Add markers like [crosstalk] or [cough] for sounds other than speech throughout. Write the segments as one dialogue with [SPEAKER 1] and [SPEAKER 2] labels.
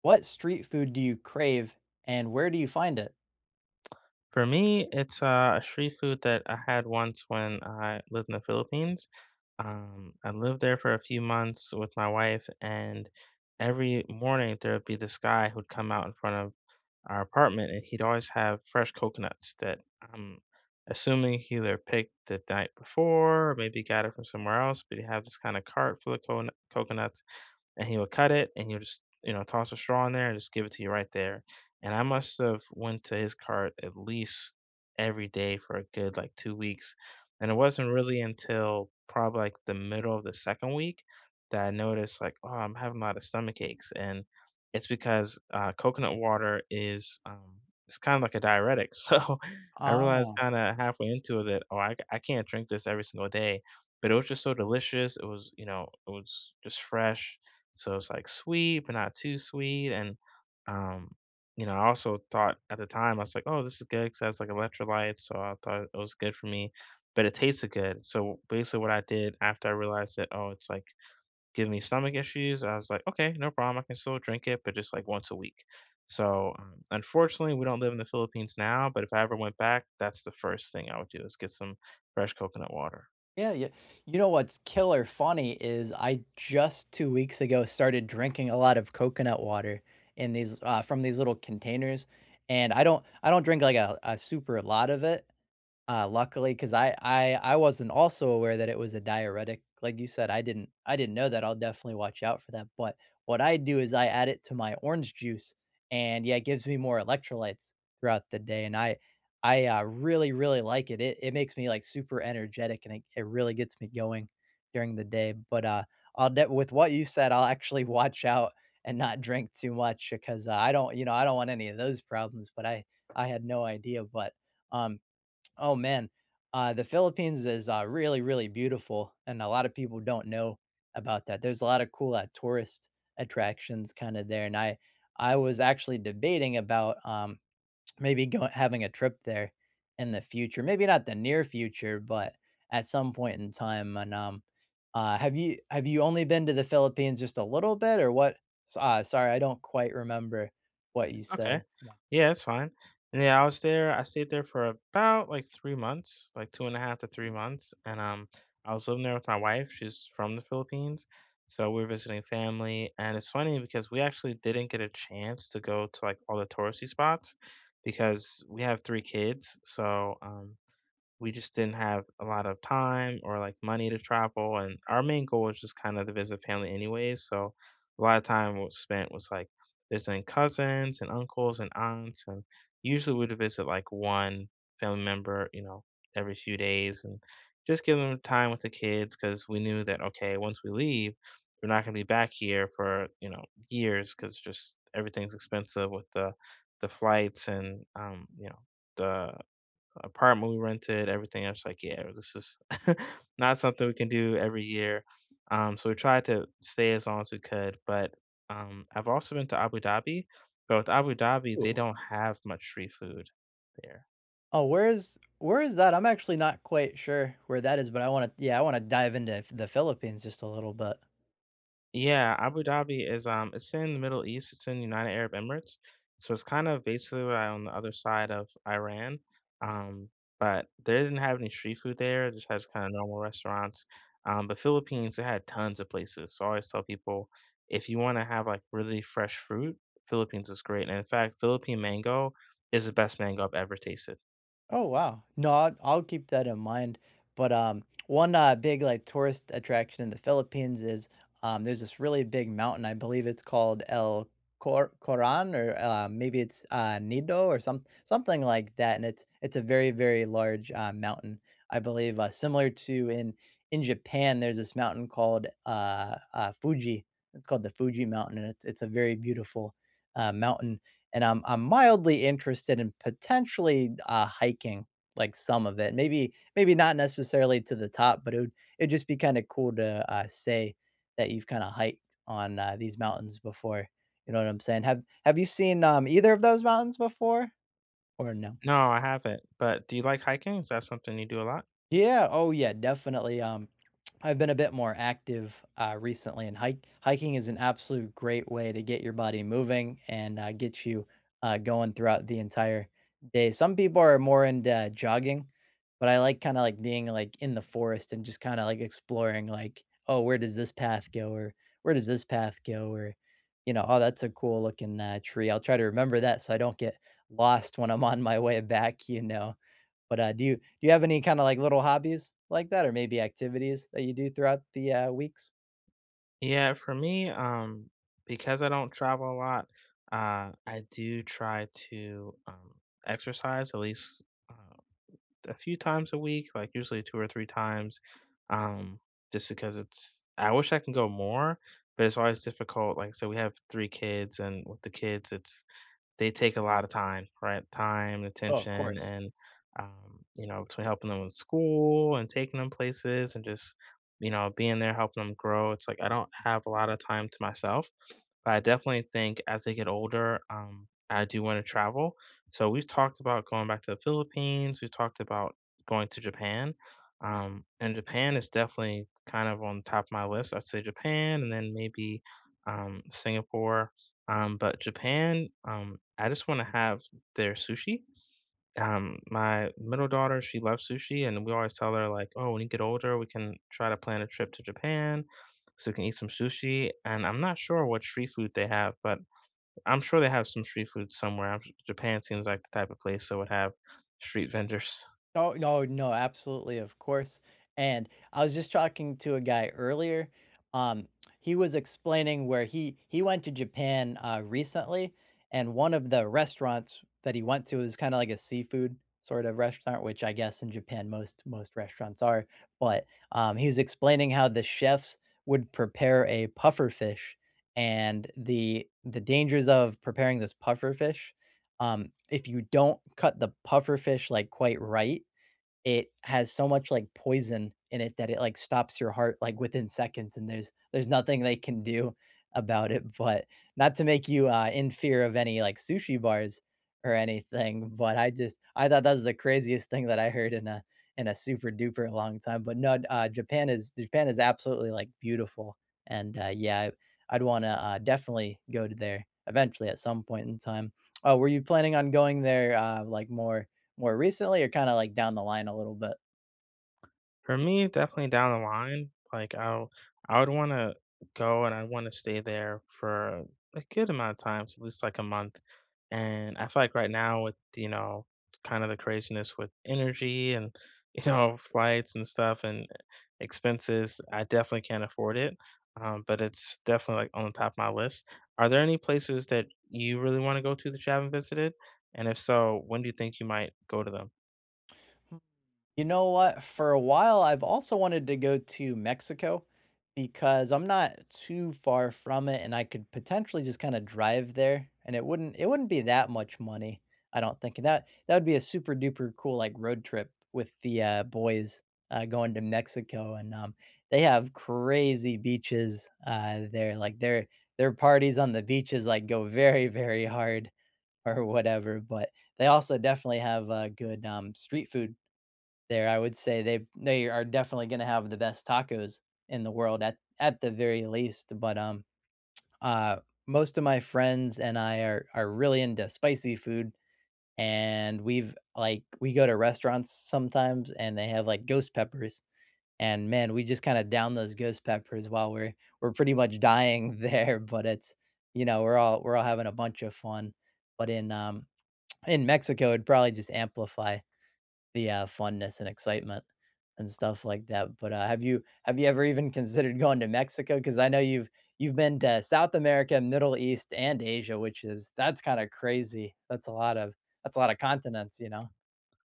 [SPEAKER 1] What street food do you crave, and where do you find it?
[SPEAKER 2] For me, it's a street food that I had once when I lived in the Philippines. I lived there for a few months with my wife, and every morning there would be this guy who'd come out in front of our apartment, and he'd always have fresh coconuts that I'm assuming he either picked the night before or maybe got it from somewhere else, but he'd have this kind of cart full of coconuts, and he would cut it and he'll just toss a straw in there and just give it to you right there. And I must have went to his cart at least every day for a good like 2 weeks. And it wasn't really until probably like the middle of the second week that I noticed like, oh, I'm having a lot of stomach aches. And it's because coconut water is it's kind of like a diuretic. [laughs] So I realized
[SPEAKER 1] Oh,
[SPEAKER 2] kind of halfway into it that, oh, I can't drink this every single day, but it was just so delicious. It was it was just fresh, so it's like sweet, but not too sweet. And, um, I also thought at the time, I was like, oh, this is good because it has like electrolytes. So I thought it was good for me, but it tasted good. So basically, what I did after I realized that, oh, it's like giving me stomach issues, I was like, okay, no problem. I can still drink it, but just like once a week. So unfortunately, we don't live in the Philippines now, but if I ever went back, that's the first thing I would do is get some fresh coconut water.
[SPEAKER 1] yeah, yeah. You know what's killer funny is I just 2 weeks ago started drinking a lot of coconut water from these little containers, and I don't drink, like, a super lot of it. Luckily, because I wasn't also aware that it was a diuretic, like you said, I didn't know that, I'll definitely watch out for that, but what I do is I add it to my orange juice, and, yeah, it gives me more electrolytes throughout the day, and I really, really like it, it makes me, like, super energetic, and it really gets me going during the day, but, I'll de with what you said, I'll actually [laughs] watch out and not drink too much because, I don't want any of those problems, but I had no idea, but, um oh man, the Philippines is really, really beautiful, and a lot of people don't know about that. There's a lot of cool tourist attractions kind of there, and I was actually debating about maybe going having a trip there in the future. Maybe not the near future, but at some point in time. And have you only been to the Philippines just a little bit, or what? Sorry, I don't quite remember what you
[SPEAKER 2] Okay.
[SPEAKER 1] said.
[SPEAKER 2] Yeah, it's fine. And yeah, I was there. I stayed there for about like 3 months, like 2.5 to 3 months. And I was living there with my wife. She's from the Philippines, so we were visiting family. And it's funny because we actually didn't get a chance to go to like all the touristy spots because we have three kids. So we just didn't have a lot of time or like money to travel, and our main goal was just kind of to visit family anyways, so a lot of time was spent was like visiting cousins and uncles and aunts, and usually we'd visit like one family member every few days and just give them time with the kids because we knew that, okay, once we leave, we're not going to be back here for years because just everything's expensive with the flights and the apartment we rented, everything. I was like, yeah, this is [laughs] not something we can do every year. So we tried to stay as long as we could. But I've also been to Abu Dhabi, but with Abu Dhabi, they
[SPEAKER 1] about-
[SPEAKER 2] don't have much street food there.
[SPEAKER 1] Oh, where is that? I'm actually not quite sure where that is, but I wanna, yeah, I wanna dive into F the Philippines just a little bit.
[SPEAKER 2] Yeah, Abu Dhabi is it's in the Middle East, it's in United Arab Emirates. So it's kind of basically right on the other side of Iran. Um, but they didn't have any street food there, it just has kind of normal restaurants. But Philippines, it had tons of places. So I always tell people, if you want to have like really fresh fruit, Philippines is great. And in fact, Philippine mango is the best mango I've ever tasted.
[SPEAKER 1] Oh, wow. No, I'll keep that in mind, but, one, big, like, tourist attraction in the Philippines is, there's this really big mountain, I believe it's called El Coran or, maybe it's, Nido or something like that, and it's a very, very large, mountain, I believe, similar to in Japan, there's this mountain called, Fuji. It's called the Fuji mountain, and it's a very beautiful, mountain and I'm mildly interested in potentially, hiking, like, some of it. Maybe not necessarily to the top, but it'd just be kinda cool to, say that you've kinda hiked on, these mountains before, you know what I'm saying? Have you seen, either of those mountains before or no?
[SPEAKER 2] No, I haven't. But do you like hiking? Is that something you do a lot?
[SPEAKER 1] Yeah, oh yeah, definitely, I've been a bit more active, recently, and hike hiking is an absolute great way to get your body moving and, get you, going throughout the entire day. Some people are more into jogging, but I like, kinda, like, being, like, in the forest and just, kinda, like, exploring, like, "Oh, where does this path go?" or "Where does this path go?" or, you know, "Oh, that's a cool looking, tree." I'll try to remember that so I don't get lost when I'm on my way back, you know? But do you have any, kinda, like, little hobbies like that or maybe activities that you do throughout the, weeks?
[SPEAKER 2] Yeah, for me, because I don't travel a lot, I do try to exercise at least a few times a week, like usually 2 or 3 times, um, just because it's, I wish I can go more, but it's always difficult. Like, so we have three kids, and with the kids, it's they take a lot of time, right? Time,
[SPEAKER 1] Oh, of
[SPEAKER 2] attention,
[SPEAKER 1] course.
[SPEAKER 2] and between helping them in school and taking them places and just being there helping them grow. It's like I don't have a lot of time to myself, but I definitely think as they get older, I do want to travel. So we've talked about going back to the Philippines. We've talked about going to Japan. And Japan is definitely kind of on top of my list. I'd say Japan and then maybe Singapore, but Japan, I just wanna have their sushi. My middle daughter, she loves sushi, and we always tell her, like, "Oh, when you get older, we can try to plan a trip to Japan so we can eat some sushi." And I'm not sure what street food they have, but I'm sure they have some street food somewhere. I'm Japan seems like the type of place that would have street vendors.
[SPEAKER 1] No, no, no, absolutely, of course. And I was just talking to a guy earlier. Um, he was explaining where he went to Japan, recently, and one of the restaurants that he went to was kind of like a seafood sort of restaurant, which I guess in Japan most restaurants are. But he was explaining how the chefs would prepare a puffer fish and the dangers of preparing this puffer fish. If you don't cut the puffer fish like quite right, it has so much, like, poison in it that it, like, stops your heart, like, within seconds, and there's nothing they can do about it, but not to make you, in fear of any, like, sushi bars or anything, but I thought that was the craziest thing that I heard in a super duper long time, but no, Japan is absolutely, like, beautiful, and, yeah, I'd wanna, definitely go to there eventually at some point in time. Oh, were you planning on going there, like, more recently or kinda, like, down the line a little bit?
[SPEAKER 2] For me, definitely down the line, like I would wanna go, and I wanna stay there for a good amount of time, so at least like a month. And I feel like right now with kind of the craziness with energy and, [laughs] flights and stuff and expenses, I definitely can't afford it. But it's definitely like on the top of my list. Are there any places that you really want to go to that you haven't visited? And if so, when do you think you might go to them?
[SPEAKER 1] Hmm. You know what? For a while, I've also wanted to go to Mexico because I'm not too far from it, and I could potentially just kinda drive there, and it wouldn't be that much money, I don't think, and that would be a super duper cool, like, road trip with the, boys, going to Mexico, and, they have crazy beaches, there, like, their parties on the beaches, like, go very, very hard, or whatever. But they also definitely have, good, street food there. I would say they are definitely going to have the best tacos in the world at the very least. But uh, most of my friends and I are really into spicy food, and we've like we go to restaurants sometimes, and they have like ghost peppers. And man, we just kind of down those ghost peppers while we're pretty much dying [laughs] there. But it's you know, we're all having a bunch of fun. But in, in Mexico, it'd probably just amplify the, funness and excitement and stuff like that, but, have you ever even considered going to Mexico? Because I know you've been to South America, Middle East, and Asia, which is that's kinda crazy. That's a lot of that's a lot of continents, you know?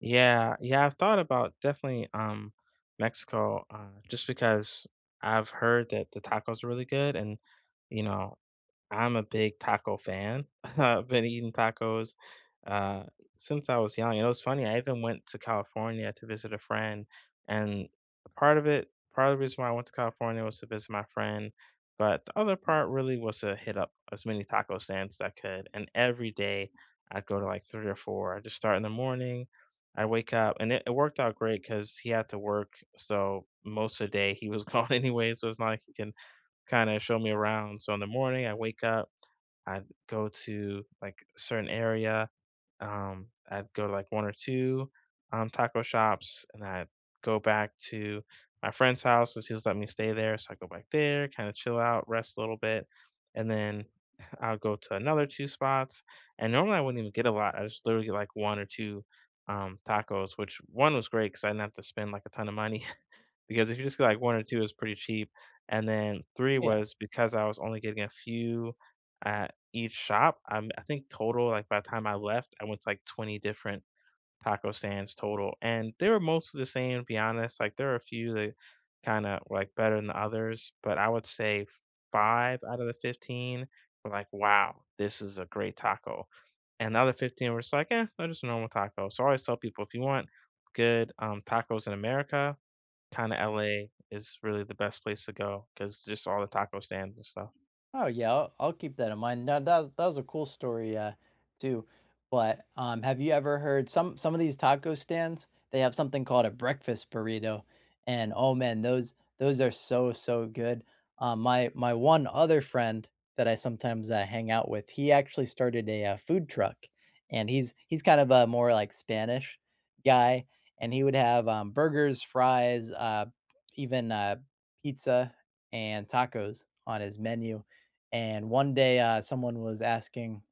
[SPEAKER 2] Yeah, yeah, I've thought about definitely Mexico, just because I've heard that the tacos are really good, and you know, I'm a big taco fan. [laughs] I've been eating tacos uh, since I was young. It was funny. I even went to California to visit a friend, and part of it, part of the reason why I went to California was to visit my friend, but the other part really was to hit up as many taco stands as I could. And every day, I'd go to like three or four. I just start in the morning. I wake up, and it worked out great because he had to work, so most of the day he was [laughs] gone anyway. So it's not like he can kind of show me around. So in the morning, I wake up. I'd go to like a certain area. I'd go to like one or two taco shops, and I'd go back to my friend's house because he was letting me stay there. So I go back there, kind of chill out, rest a little bit, and then [laughs] I'll go to another two spots. And normally I wouldn't even get a lot. I just literally get like one or two tacos, which one was great because I didn't have to spend like a ton of money because if you just get, like, 1 or 2, it's pretty cheap, and then 3
[SPEAKER 1] Yeah.
[SPEAKER 2] was because I was only getting a few at each shop. I think total, like, by the time I left, I went to, like, 20 different taco stands total, and they were mostly the same, to be honest, like, there are a few that kinda were, like, better than the others, but I would say 5 out of the 15 were like, "Wow, this is a great taco," and the other 15 were just like, "Eh, they're just a normal taco." So I always tell people, if you want good tacos in America, kinda LA is really the best place to go because just all the taco stands and stuff.
[SPEAKER 1] Oh yeah, I'll keep that in mind. Now that was a cool story, too. But have you ever heard some of these taco stands? They have something called a breakfast burrito, and oh man, those are so good. My one other friend that I sometimes, hang out with, he actually started a food truck, and he's kind of a more like Spanish guy, and he would have, burgers, fries, even, pizza and tacos on his menu and one day, someone was asking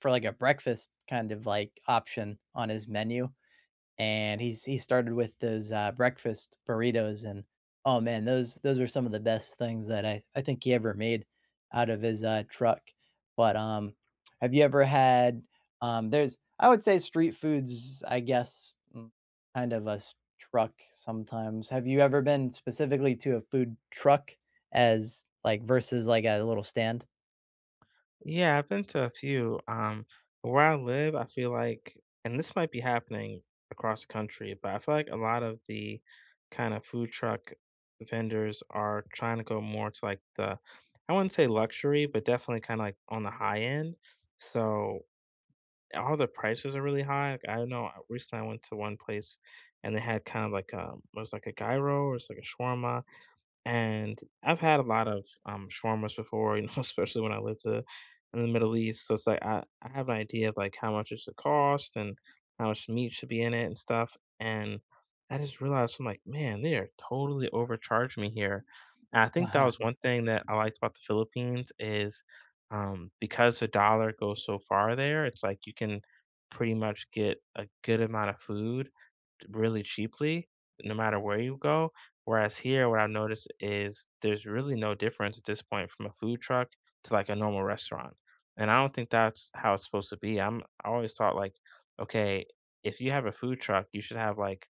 [SPEAKER 1] for like a breakfast kind of like option on his menu, and he started with those, breakfast burritos, and oh man, those are some of the best things that I think he ever made out of his, truck. But have you ever had, There's, I would say street foods, I guess, kind of a truck sometimes. Have you ever been specifically to a food truck as like versus like a little stand?
[SPEAKER 2] Yeah, I've been to a few where I live, I feel like and this might be happening across the country, but I feel like a lot of the kinda food truck vendors are trying to go more to, like, the I wouldn't say luxury, but definitely kinda, like, on the high end. So, all the prices are really high, like, I know recently I went to one place, and they had kind of like, it was like a gyro, or it's like a shawarma. And I've had a lot of shawarmas before [laughs] especially when I lived in the Middle East, so it's like I have an idea of, like, how much it should cost and how much meat should be in it and stuff, and I just realized, I'm like, "Man, they are totally overcharged me here." And I think that
[SPEAKER 1] Uh-huh.
[SPEAKER 2] was one thing that I liked about the Philippines is because the dollar goes so far there, it's like you can pretty much get a good amount of food really cheaply no matter where you go. Whereas here, what I've noticed is there's really no difference at this point from a food truck to like a normal restaurant. And I don't think that's how it's supposed to be. I always thought like, okay, if you have a food truck, you should have like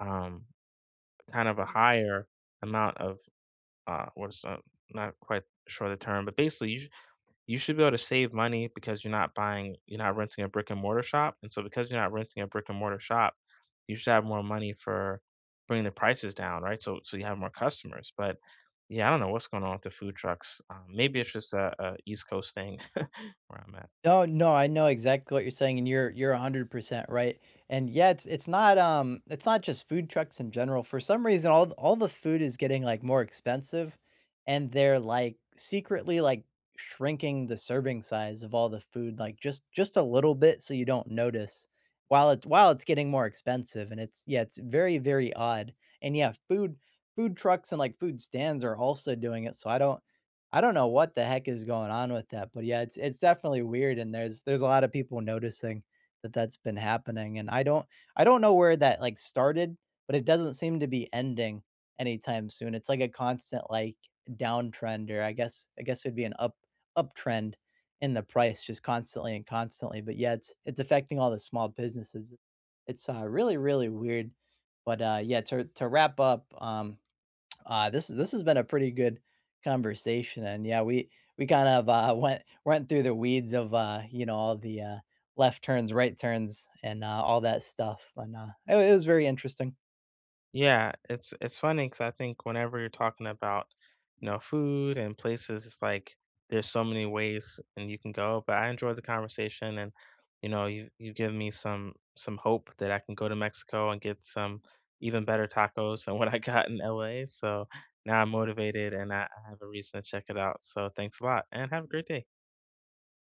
[SPEAKER 2] um kind of a higher amount of what's not quite sure the term, but basically you should be able to save money because you're not buying, you're not renting a brick and mortar shop. And so because you're not renting a brick and mortar shop, you should have more money for bringing the prices down, right? So you have more customers. But yeah, I don't know what's going on with the food trucks. Maybe it's just a East Coast thing [laughs] where I'm at.
[SPEAKER 1] No, no, I know exactly what you're saying, and you're 100% right. And yeah, it's not just food trucks in general. For some reason, all the food is getting like more expensive, and they're like secretly like shrinking the serving size of all the food like just a little bit so you don't notice while it while it's getting more expensive, and it's yeah, it's very, very odd. And yeah, food trucks and like food stands are also doing it, so I don't know what the heck is going on with that, but yeah, it's definitely weird, and there's a lot of people noticing that that's been happening, and I don't know where that like started, but it doesn't seem to be ending anytime soon. It's like a constant like downtrend, or I guess it'd be an up uptrend in the price, just constantly and constantly. But yeah, it's affecting all the small businesses. It's, really, really weird. But yeah, to wrap up, this this has been a pretty good conversation, and yeah, we kind of, went through the weeds of, you know, all the, left turns, right turns, and, all that stuff. And it was very interesting.
[SPEAKER 2] Yeah, it's funny because I think whenever you're talking about food and places, it's like there's so many ways and you can go. But I enjoyed the conversation, and you give me some hope that I can go to Mexico and get some even better tacos than [laughs] what I got in LA. So now I'm motivated, and I have a reason to check it out. So thanks a lot, and have a great day.